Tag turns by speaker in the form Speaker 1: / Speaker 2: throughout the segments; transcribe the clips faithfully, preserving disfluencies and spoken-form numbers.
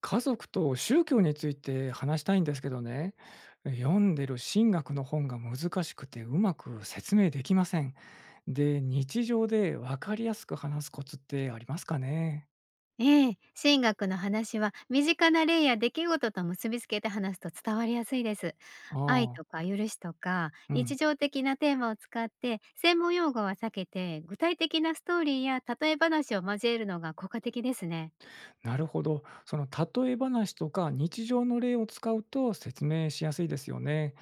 Speaker 1: 家族と宗教について話したいんですけどね、読んでる神学の本が難しくてうまく説明できません。で、日常で分かりやすく話すコツってありますかね。
Speaker 2: ええ、神学の話は身近な例や出来事と結びつけて話すと伝わりやすいです。
Speaker 1: あ
Speaker 2: 愛
Speaker 1: あ、
Speaker 2: とか許しとか
Speaker 1: う
Speaker 2: 日
Speaker 1: ん、
Speaker 2: 常的なテーマを使って、専門用語は避けて、具体的なストーリーや例え話を交えるのが効果的ですね。
Speaker 1: なるほど。その例え話とか日常の例を使うと説明しやすいですよね。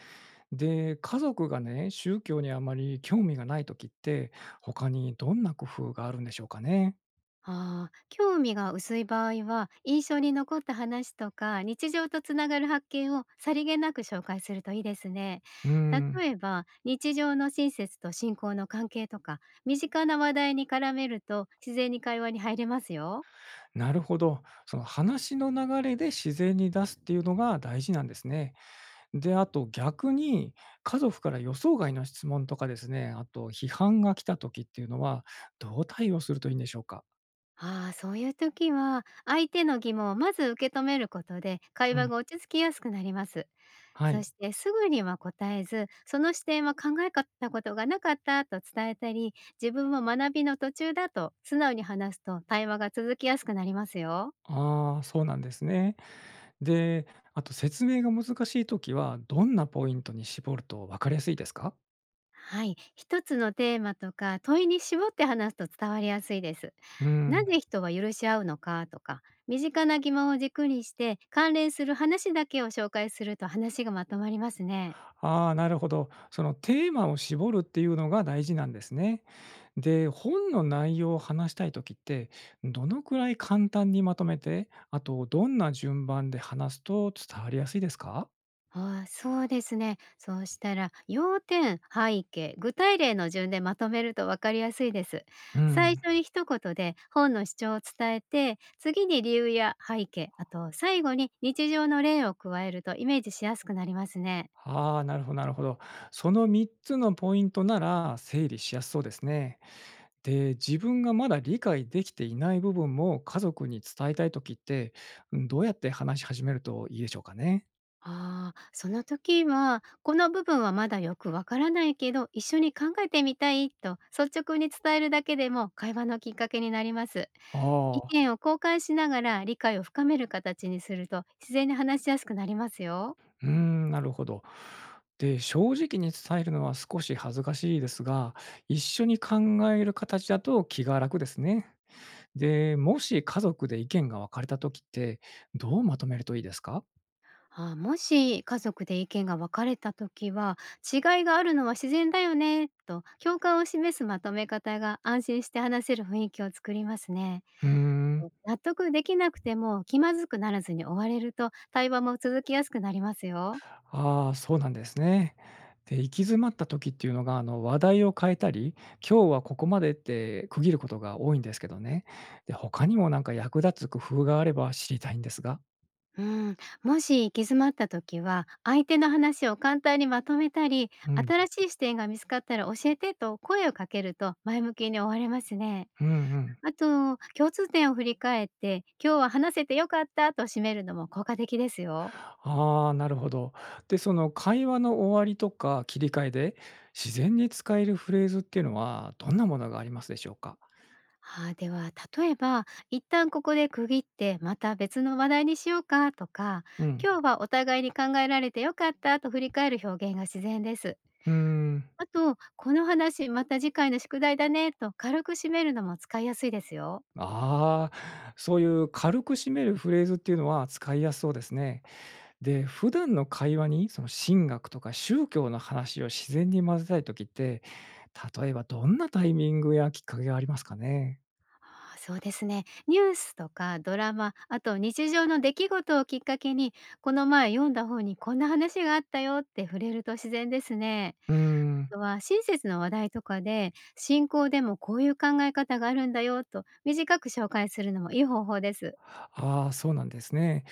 Speaker 1: で、家族がね、宗教にあまり興味がないときって、他にどんな工夫があるんでしょうかね。
Speaker 2: ああ、興味が薄い場合は、印象に残った話とか、日常とつながる発見をさりげなく紹介するといいですね。
Speaker 1: うん。
Speaker 2: 例えば、日常の親切と信仰の関係とか、身近な話題に絡めると自然に会話に入れますよ。
Speaker 1: なるほど。その話の流れで自然に出すっていうのが大事なんですね。で、あと逆に家族から予想外の質問とかですね、あと批判が来た時っていうのはどう対応するといいんでしょうか？
Speaker 2: ああ、そういう時は、相手の疑問をまず受け止めることで、会
Speaker 1: う
Speaker 2: 話
Speaker 1: ん、
Speaker 2: が落ち着きやすくなります。
Speaker 1: は
Speaker 2: そ
Speaker 1: い。
Speaker 2: して、すぐには答えず、その視点は考えたことがなかったと伝えたり、自分も学びの途中だと素直に話すと、対話が続きやすくなりますよ。
Speaker 1: ああ、そうなんですね。で、あと説明が難しい時はどんなポイントに絞ると分かりやすいですか？
Speaker 2: はい、一つのテーマとか問いに絞って話すと伝わりやすいです。
Speaker 1: う
Speaker 2: な
Speaker 1: ん。
Speaker 2: ぜ人は許し合うのかとか、身近な疑問を軸にして関連する話だけを紹介すると、話がまとまりますね。
Speaker 1: ああ、なるほど。そのテーマを絞るっていうのが大事なんですね。で、本の内容を話したい時って、どのくらい簡単にまとめて、あとどんな順番で話すと伝わりやすいですか。
Speaker 2: ああ、そうですね。そうしたら、要点、背景、具体例の順でまとめると分かりやすいです。
Speaker 1: う
Speaker 2: 最
Speaker 1: ん。
Speaker 2: 初に一言で本の主張を伝えて、次に理由や背景、あと最後に日常の例を加えると、イメージしやすくなりますね。
Speaker 1: ああ、なるほど、なるほど。そのみっつのポイントなら整理しやすそうですね。で、自分がまだ理解できていない部分も家族に伝えたい時って、どうやって話し始めるといいでしょうかね。
Speaker 2: ああ、その時は、この部分はまだよくわからないけど、一緒に考えてみたいと率直に伝えるだけでも会話のきっかけになります。
Speaker 1: あ
Speaker 2: 意
Speaker 1: あ。
Speaker 2: 見を交換しながら理解を深める形にすると、自然に話しやすくなりますよ。
Speaker 1: うーん、なるほど。で、正直に伝えるのは少し恥ずかしいですが、一緒に考える形だと気が楽ですね。で、もし家族で意見が分かれた時って、どうまとめるといいですか。
Speaker 2: ああ、もし家族で意見が分かれた時は、違いがあるのは自然だよねと共感を示すまとめ方が、安心して話せる雰囲気を作りますね。
Speaker 1: うーん、
Speaker 2: と、納得できなくても気まずくならずに終われると、対話も続きやすくなりますよ。
Speaker 1: ああ、そうなんですね。で、行き詰まった時っていうのが、あの、話題を変えたり、今日はここまでって区切ることが多いんですけどね。で、他にもなんか役立つ工夫があれば知りたいんですが。
Speaker 2: うん、もし行き詰まった時は、相手の話を簡単にまとめたり、
Speaker 1: うん、
Speaker 2: 新しい視点が見つかったら教えてと声をかけると、前向きに終われますね。
Speaker 1: うん、うん。
Speaker 2: あと、共通点を振り返って、今日は話せてよかったと締めるのも効果的ですよ。
Speaker 1: ああ、なるほど。で、その会話の終わりとか切り替えで、自然に使えるフレーズっていうのは、どんなものがありますでしょうか？
Speaker 2: ああ、では例えば「一旦ここで区切って、また別の話題にしようか」とか
Speaker 1: うん。
Speaker 2: 「今日はお互いに考えられてよかった」と振り返る表現が自然です。
Speaker 1: うーん。
Speaker 2: あと「この話、また次回の宿題だね」と軽く締めるのも使いやすいですよ。
Speaker 1: ああ、そういう軽く締めるフレーズっていうのは使いやすそうですね。で、普段の会話に、その神学とか宗教の話を自然に混ぜたい時って、例えばどんなタイミングやきっかけがありますかね？
Speaker 2: あー、そうですね。ニュースとかドラマ、あと日常の出来事をきっかけに、この前読んだ本にこんな話があったよって触れると自然ですね。
Speaker 1: うーん。
Speaker 2: とは親切な話題とかで、「信仰でもこういう考え方があるんだよ」と短く紹介するのもいい方法です。
Speaker 1: ああ、そうなんですね。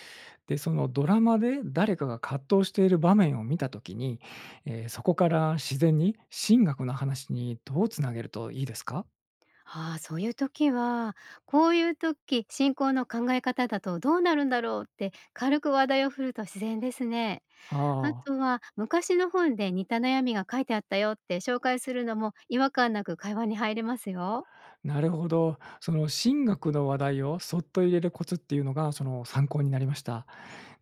Speaker 1: で、そのドラマで誰かが葛藤している場面を見た時に、えーそこから自然に神学の話にどうつなげるといいですか？
Speaker 2: ああ、そういう時は「こういう時、信仰の考え方だとどうなるんだろう」って軽く話題を振ると自然ですね。
Speaker 1: あ
Speaker 2: あ
Speaker 1: あ、
Speaker 2: とは、昔の本で似た悩みが書いてあったよって紹介するのも、違和感なく会話に入れますよ。
Speaker 1: なるほど。その神学の話題をそっと入れるコツっていうのが、その、参考になりました。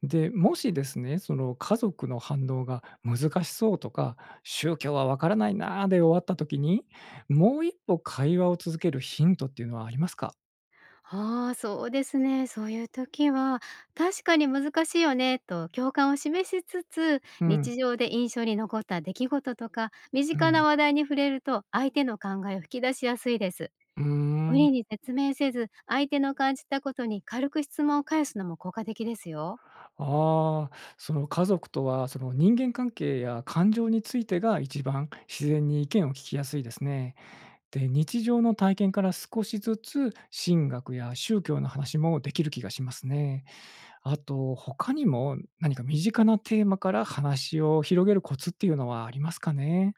Speaker 1: で、もしですね、その、家族の反応が難しそうとか、宗教はわからないなーで終わった時に、もう一歩会話を続けるヒントっていうのはありますか？
Speaker 2: ああ、そうですね。そういう時は、「確かに難しいよね」と共感を示しつつ、
Speaker 1: うん、
Speaker 2: 日常で印象に残った出来事とか、身
Speaker 1: う
Speaker 2: 近な
Speaker 1: ん。
Speaker 2: 話題に触れると、相手の考えを引き出しやすいです。
Speaker 1: うー
Speaker 2: 無
Speaker 1: ん。
Speaker 2: 理に説明せず、相手の感じたことに軽く質問を返すのも効果的ですよ。
Speaker 1: ああ、その家族とは、その人間関係や感情についてが一番自然に意見を聞きやすいですね。で、日常の体験から少しずつ神学や宗教の話もできる気がしますね。あと、他にも何か身近なテーマから話を広げるコツっていうのはありますかね？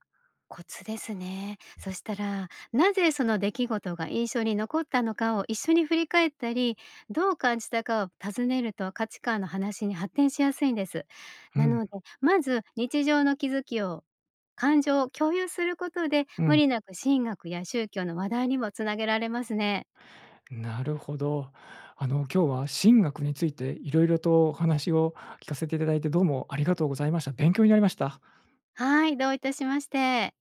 Speaker 2: コツですね。そしたら、なぜその出来事が印象に残ったのかを一緒に振り返ったり、どう感じたかを尋ねると、価値観の話に発展しやすいんです。
Speaker 1: う
Speaker 2: な
Speaker 1: ん、
Speaker 2: ので、まず日常の気づきを、感情を共有することで、
Speaker 1: う
Speaker 2: 無
Speaker 1: ん。
Speaker 2: 理なく神学や宗教の話題にもつなげられますね。
Speaker 1: なるほど。あの、今日は神学についていろいろとお話を聞かせていただいて、どうもありがとうございました。勉強になりました。
Speaker 2: はい、どういたしまして。